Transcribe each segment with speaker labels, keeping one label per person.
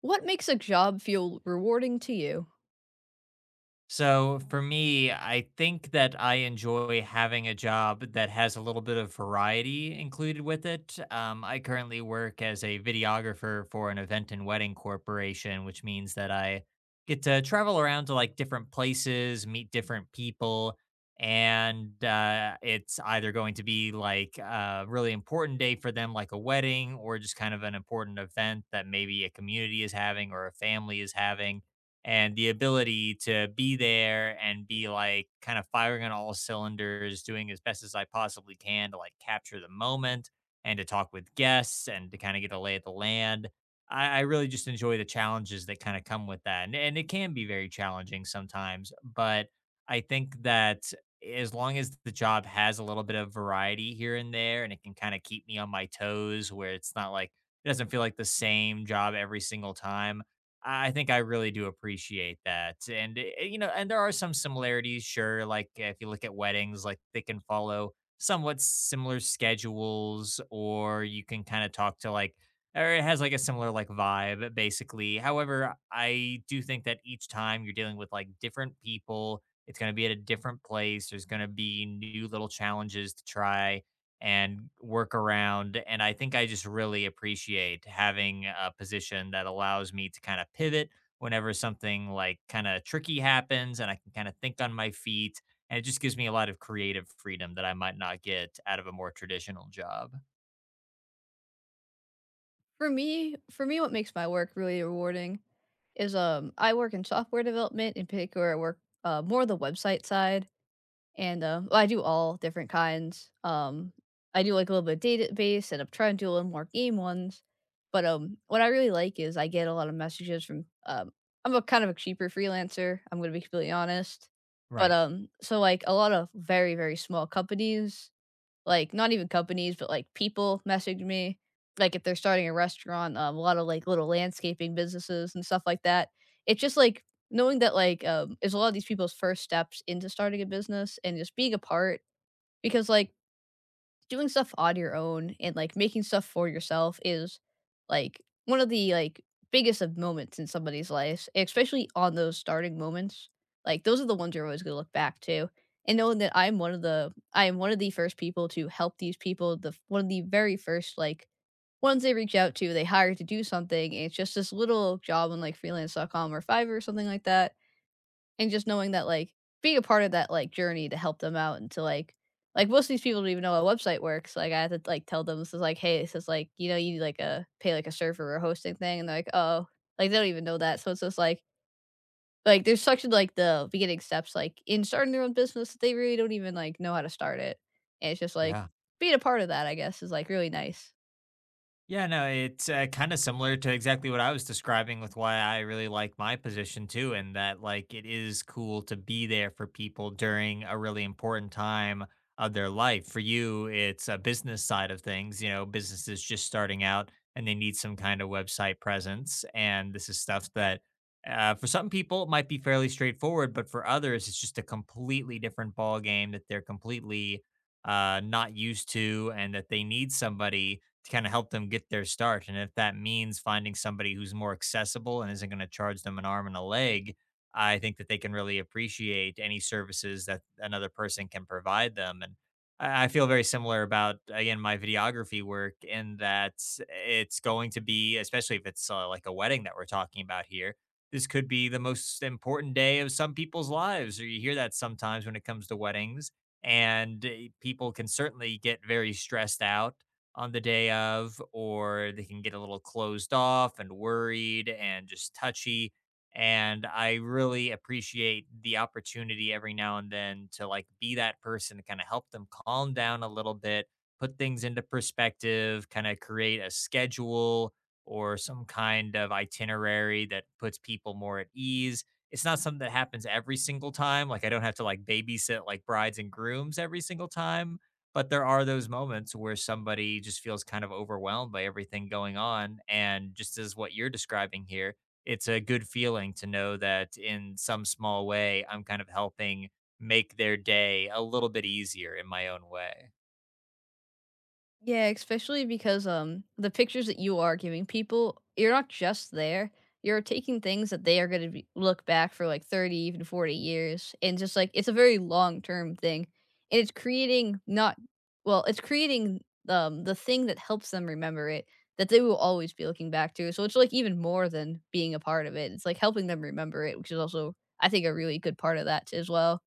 Speaker 1: What makes a job feel rewarding to you?
Speaker 2: So for me, I think that I enjoy having a job that has a little bit of variety included with it. I currently work as a videographer for an event and wedding corporation, which means that I get to travel around to like different places, meet different people. And it's either going to be like a really important day for them, like a wedding, or just kind of an important event that maybe a community is having or a family is having and the ability to be there and be like kind of firing on all cylinders, doing as best as I possibly can to like capture the moment and to talk with guests and to kind of get a lay of the land. I really just enjoy the challenges that kind of come with that. And it can be very challenging sometimes, but I think that as long as the job has a little bit of variety here and there and it can kind of keep me on my toes where it's not like, it doesn't feel like the same job every single time. I think I really do appreciate that. And, eh, eh, you know, and there are some similarities, sure. Like if you look at weddings, like they can follow somewhat similar schedules, or you can kind of talk to like, or it has like a similar like vibe, basically. However, I do think that each time you're dealing with like different people, it's going to be at a different place. There's going to be new little challenges to try and work around. And I think I just really appreciate having a position that allows me to kind of pivot whenever something like kind of tricky happens and I can kind of think on my feet. And it just gives me a lot of creative freedom that I might not get out of a more traditional job.
Speaker 1: For me, what makes my work really rewarding is, I work in software development. In particular, I work, more the website side, and, well, I do all different kinds. I do, like, a little bit of database, and I'm trying to do a little more game ones, but, what I really like is I get a lot of messages from, I'm a kind of a cheaper freelancer, I'm gonna be completely honest, but,
Speaker 2: Right.
Speaker 1: so, like, a lot of very, very small companies. Like, not even companies, but, like, people message me, like, if they're starting a restaurant, a lot of, like, little landscaping businesses and stuff like that. It's just, like, knowing that, like, it's a lot of these people's first steps into starting a business and just being a part because, like, doing stuff on your own and like making stuff for yourself is like one of the like biggest of moments in somebody's life, especially on those starting moments. Like those are the ones you're always gonna look back to. And knowing that I am one of the first people to help these people, the one of the very first like ones they reach out to, they hire to do something. And it's just this little job on like freelance.com or Fiverr or something like that and just knowing that, like, being a part of that, like, journey to help them out and to, like, most of these people don't even know how a website works. Like, I had to, like, tell them, this is like, "Hey," this is like, you know, "you need, like, a pay, like, a server or hosting thing," and they're like, "Oh." Like, they don't even know that, so it's just like, there's such, like, the beginning steps, like, in starting their own business, that they really don't even, like, know how to start it, and it's just like,
Speaker 2: Yeah.
Speaker 1: being a part of that, I guess, is, like, really nice.
Speaker 2: Yeah, no, it's kind of similar to exactly what I was describing with why I really like my position too, and that like it is cool to be there for people during a really important time of their life. For you, it's a business side of things, businesses just starting out and they need some kind of website presence. And this is stuff that for some people it might be fairly straightforward, but for others, it's just a completely different ball game that they're completely not used to and that they need somebody to kind of help them get their start. And if that means finding somebody who's more accessible and isn't going to charge them an arm and a leg, I think that they can really appreciate any services that another person can provide them. And I feel very similar about, again, my videography work in that it's going to be, especially if it's like a wedding that we're talking about here, this could be the most important day of some people's lives. Or you hear that sometimes when it comes to weddings. And people can certainly get very stressed out on the day of, or they can get a little closed off and worried and just touchy. And I really appreciate the opportunity every now and then to like be that person to kind of help them calm down a little bit, put things into perspective, kind of create a schedule or some kind of itinerary that puts people more at ease. It's not something that happens every single time. Like I don't have to like babysit like brides and grooms every single time but there are those moments where somebody just feels kind of overwhelmed by everything going on. And just as what you're describing here, it's a good feeling to know that in some small way, I'm kind of helping make their day a little bit easier in my own way.
Speaker 1: Yeah, especially because the pictures that you are giving people, you're not just there. You're taking things that they are going to be, look back for like 30, even 40 years. And just like it's a very long term thing. And it's creating not, well, it's creating the thing that helps them remember it that they will always be looking back to. So it's like even more than being a part of it. It's like helping them remember it, which is also, I think, a really good part of that as well.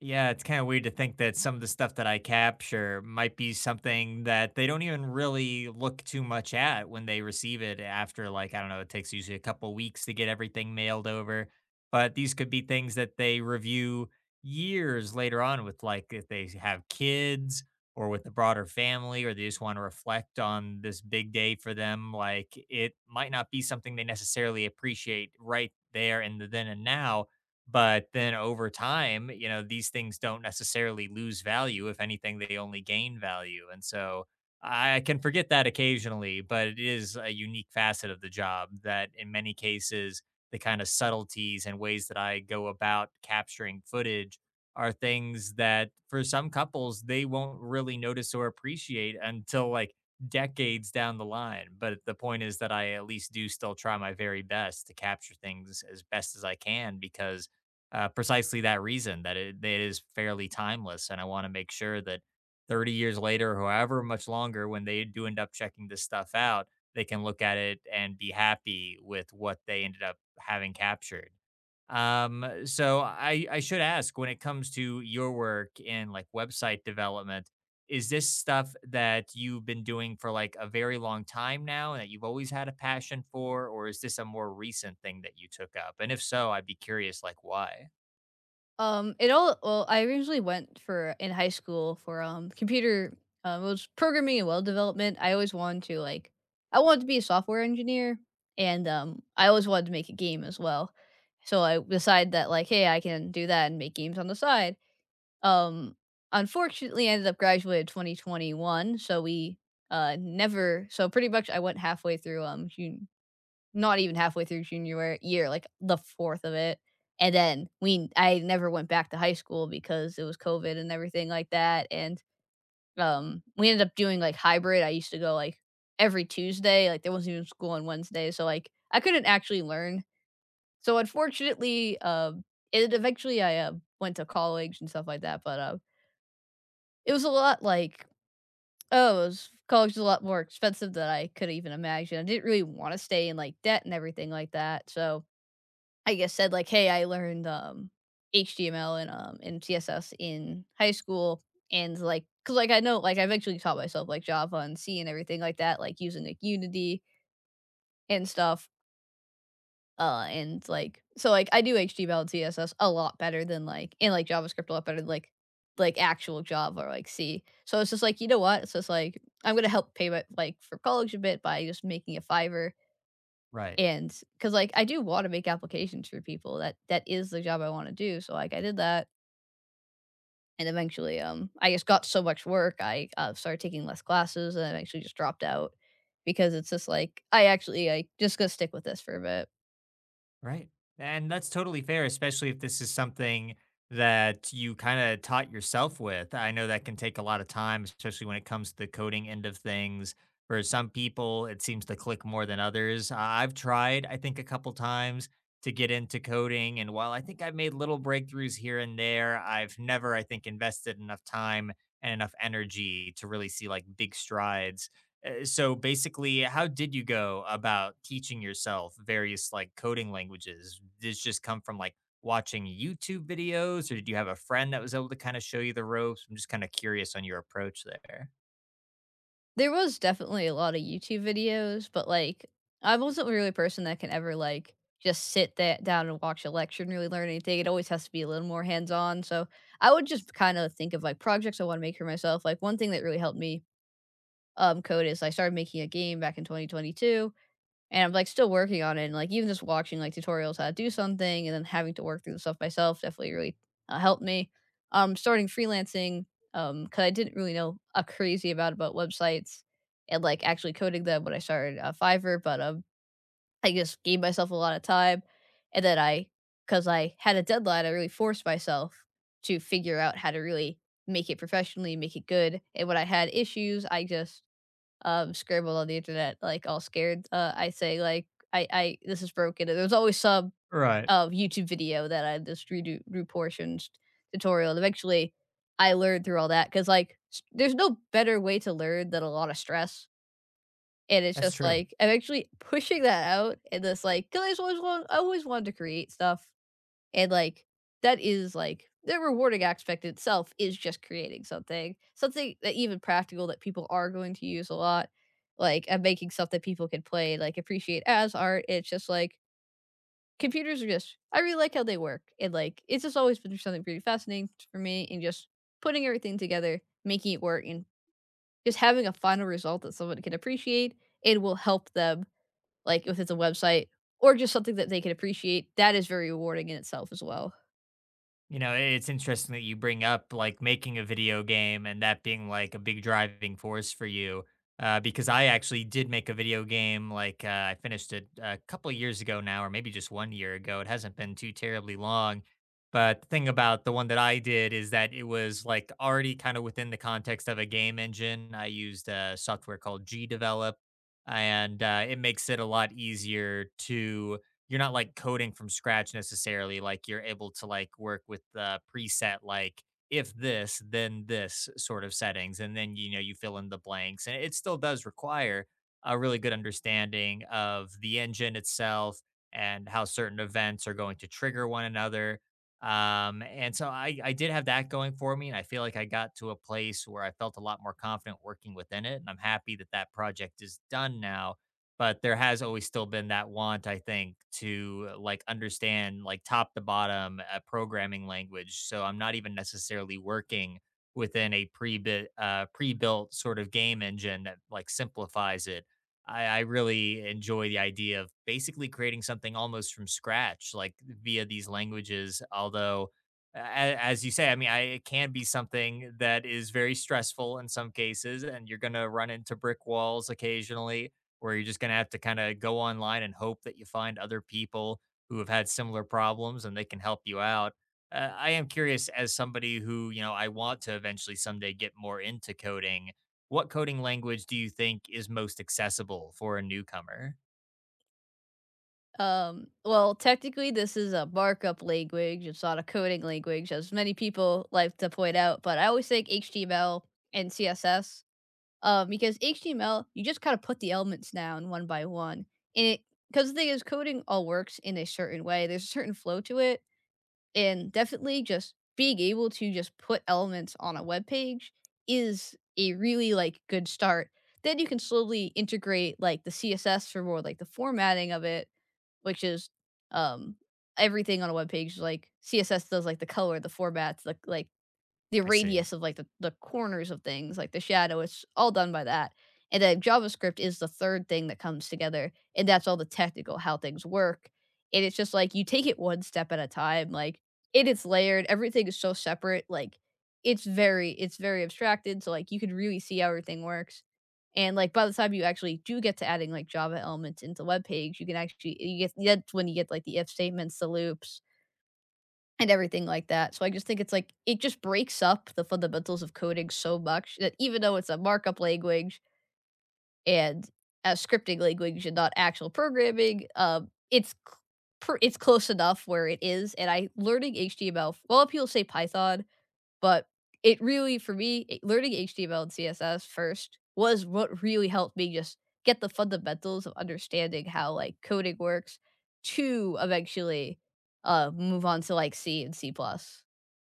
Speaker 2: Yeah, it's kind of weird to think that some of the stuff that I capture might be something that they don't even really look too much at when they receive it after, like, I don't know, it takes usually a couple weeks to get everything mailed over. But these could be things that they review years later on with, like, if they have kids or with the broader family, or they just want to reflect on this big day for them. Like, it might not be something they necessarily appreciate right there in the then and now but then over time, these things don't necessarily lose value. If anything, they only gain value. And so I can forget that occasionally, but it is a unique facet of the job that in many cases, the kind of subtleties and ways that I go about capturing footage are things that for some couples, they won't really notice or appreciate until like decades down the line. But the point is that I at least do still try my very best to capture things as best as I can because precisely that reason that it is fairly timeless. And I want to make sure that 30 years later, however much longer, when they do end up checking this stuff out, they can look at it and be happy with what they ended up having captured. So I should ask when it comes to your work in like website development, is this stuff that you've been doing for like a very long time now and that you've always had a passion for, or is this a more recent thing that you took up? And if so, I'd be curious, like why?
Speaker 1: It all well, I originally went for in high school for, computer, it was programming and web development. I always wanted to, like I wanted to be a software engineer, and, I always wanted to make a game as well. So I decided that, like, "Hey, I can do that and make games on the side." Um, unfortunately, I ended up graduating 2021, so we, never so pretty much I went halfway through, u not even halfway through junior year, like the fourth of it. And then we I never went back to high school because it was COVID and everything like that. And we ended up doing like hybrid. I used to go like every Tuesday, like there wasn't even school on Wednesday. So like I couldn't actually learn. So unfortunately, it eventually I went to college and stuff like that, but it was a lot like oh, it was, college was a lot more expensive than I could even imagine. I didn't really want to stay in like debt and everything like that. So I guess, said like, "Hey, I learned, HTML and CSS in high school," and, like, cause like, I know like, I've actually taught myself, like, Java and C and everything like that, like, using, like, Unity and stuff, and, like so, like, I do HTML and CSS a lot better than, like and, like, JavaScript a lot better than, like, actual Java or, like, C. So, it's just like, "You know what?" So, it's just like, "I'm gonna help pay my like, for college a bit by just making a Fiverr
Speaker 2: Right.
Speaker 1: and because like I do want to make applications for people. That is the job I want to do. So like I did that. And eventually, I just got so much work. I started taking less classes, and I actually just dropped out because it's just like I just gonna stick with this for a bit.
Speaker 2: Right. And that's totally fair, especially if this is something that you kind of taught yourself with. I know that can take a lot of time, especially when it comes to the coding end of things. For some people, it seems to click more than others. I've tried, I think, a couple times to get into coding. And while I think I've made little breakthroughs here and there, I've never, I think, invested enough time and enough energy to really see like big strides. So basically, how did you go about teaching yourself various like coding languages? Did this just come from like watching YouTube videos, or did you have a friend that was able to kind of show you the ropes? I'm just kind of curious on your approach there.
Speaker 1: There was definitely a lot of YouTube videos, but like I wasn't really a person that can ever like just sit that down and watch a lecture and really learn anything. It always has to be a little more hands on. So I would just kind of think of like projects I want to make for myself. Like one thing that really helped me code is. So I started making a game back in 2022, and I'm like still working on it. And like even just watching like tutorials how to do something, and then having to work through the stuff myself definitely really helped me. Starting freelancing because I didn't really know a crazy about websites and like actually coding them when I started Fiverr, but I just gave myself a lot of time, and then I because I had a deadline, I really forced myself to figure out how to really make it professionally, make it good. And when I had issues, I just scrambled on the internet, like, all scared, I say, like, "I this is broken," and there's always some,
Speaker 2: Right.
Speaker 1: YouTube video that I just redo reportions tutorial, and eventually, I learned through all that because, like, s there's no better way to learn than a lot of stress, and it's
Speaker 2: That's
Speaker 1: just,
Speaker 2: true.
Speaker 1: like, I'm actually pushing that out and this, like 'cause I always wanted to create stuff. And like that is like the rewarding aspect itself is just creating something, something that even practical that people are going to use a lot, like and making stuff that people can play, like appreciate as art. It's just like computers are just I really like how they work. And like it's just always been something pretty fascinating for me and just putting everything together, making it work and just having a final result that someone can appreciate. It will help them like if it's a website or just something that they can appreciate, that is very rewarding in itself as well.
Speaker 2: You know, it's interesting that you bring up like making a video game and that being like a big driving force for you. Because I actually did make a video game. Like I finished it a couple of years ago now, or maybe just one year ago. It hasn't been too terribly long. But the thing about the one that I did is that it was like already kind of within the context of a game engine. I used a software called GDevelop, and it makes it a lot easier to you're not like coding from scratch necessarily. Like you're able to like work with the preset, like if this, then this sort of settings. And then you fill in the blanks. And it still does require a really good understanding of the engine itself and how certain events are going to trigger one another. And so I did have that going for me. And I feel like I got to a place where I felt a lot more confident working within it. And I'm happy that that project is done now but there has always still been that want I think to like understand like top to bottom a programming language so I'm not even necessarily working within a pre-bit pre-built sort of game engine that like simplifies it. I really enjoy the idea of basically creating something almost from scratch like via these languages although a- as you say, I mean, it can be something that is very stressful in some cases, and you're going to run into brick walls occasionally where you're just going to have to kind of go online and hope that you find other people who have had similar problems and they can help you out. I am curious, as somebody who I want to eventually someday get more into coding, what coding language do you think is most accessible for a newcomer?
Speaker 1: Well, technically, this is a markup language. It's not a coding language, as many people like to point out. But I always think HTML and CSS, because HTML, you just kind of put the elements down one by one, and it because the thing is, coding all works in a certain way. There's a certain flow to it, and definitely just being able to just put elements on a web page is a really like good start. Then you can slowly integrate like the CSS for more like the formatting of it, which is um everything on a web page like CSS does like the color, the formats, like the
Speaker 2: I
Speaker 1: radius
Speaker 2: see.
Speaker 1: of, like, the corners of things, like the shadow, it's all done by that, and then JavaScript is the third thing that comes together, and that's all the technical how things work, and it's just, like, you take it one step at a time, like, it's layered, everything is so separate, like, it's very abstracted, so, like, you could really see how everything works, and, like, by the time you actually do get to adding, like, Java elements into web page, you can actually you get that's when you get, like, the if statements, the loops and everything like that. So I just think it's like it just breaks up the fundamentals of coding so much that even though it's a markup language and a scripting language and not actual programming, it's close enough where it is. And I learning HTML. Well, people say Python, but it really for me learning HTML and CSS first was what really helped me just get the fundamentals of understanding how like coding works to eventually move on to like C and C plus.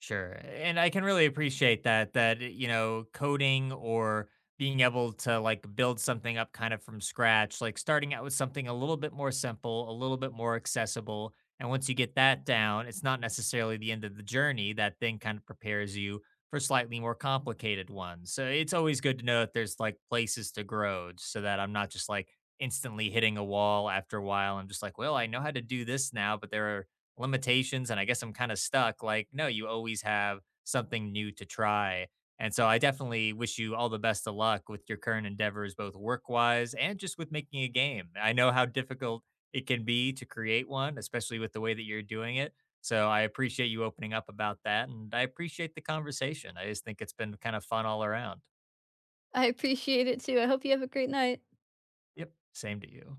Speaker 2: Sure. And I can really appreciate that coding or being able to like build something up kind of from scratch, like starting out with something a little bit more simple, a little bit more accessible, and once you get that down, it's not necessarily the end of the journey. That thing kind of prepares you for slightly more complicated ones. So it's always good to know that there's like places to grow so that I'm not just like instantly hitting a wall after a while. I'm just like, well, I know how to do this now, but there are limitations and I guess I'm kind of stuck. Like, no, you always have something new to try. And so I definitely wish you all the best of luck with your current endeavors, both work wise and just with making a game. I know how difficult it can be to create one, especially with the way that you're doing it. So I appreciate you opening up about that. And I appreciate the conversation. I just think it's been kind of fun all around.
Speaker 1: I appreciate it too. I hope you have a great night.
Speaker 2: Yep. Same to you.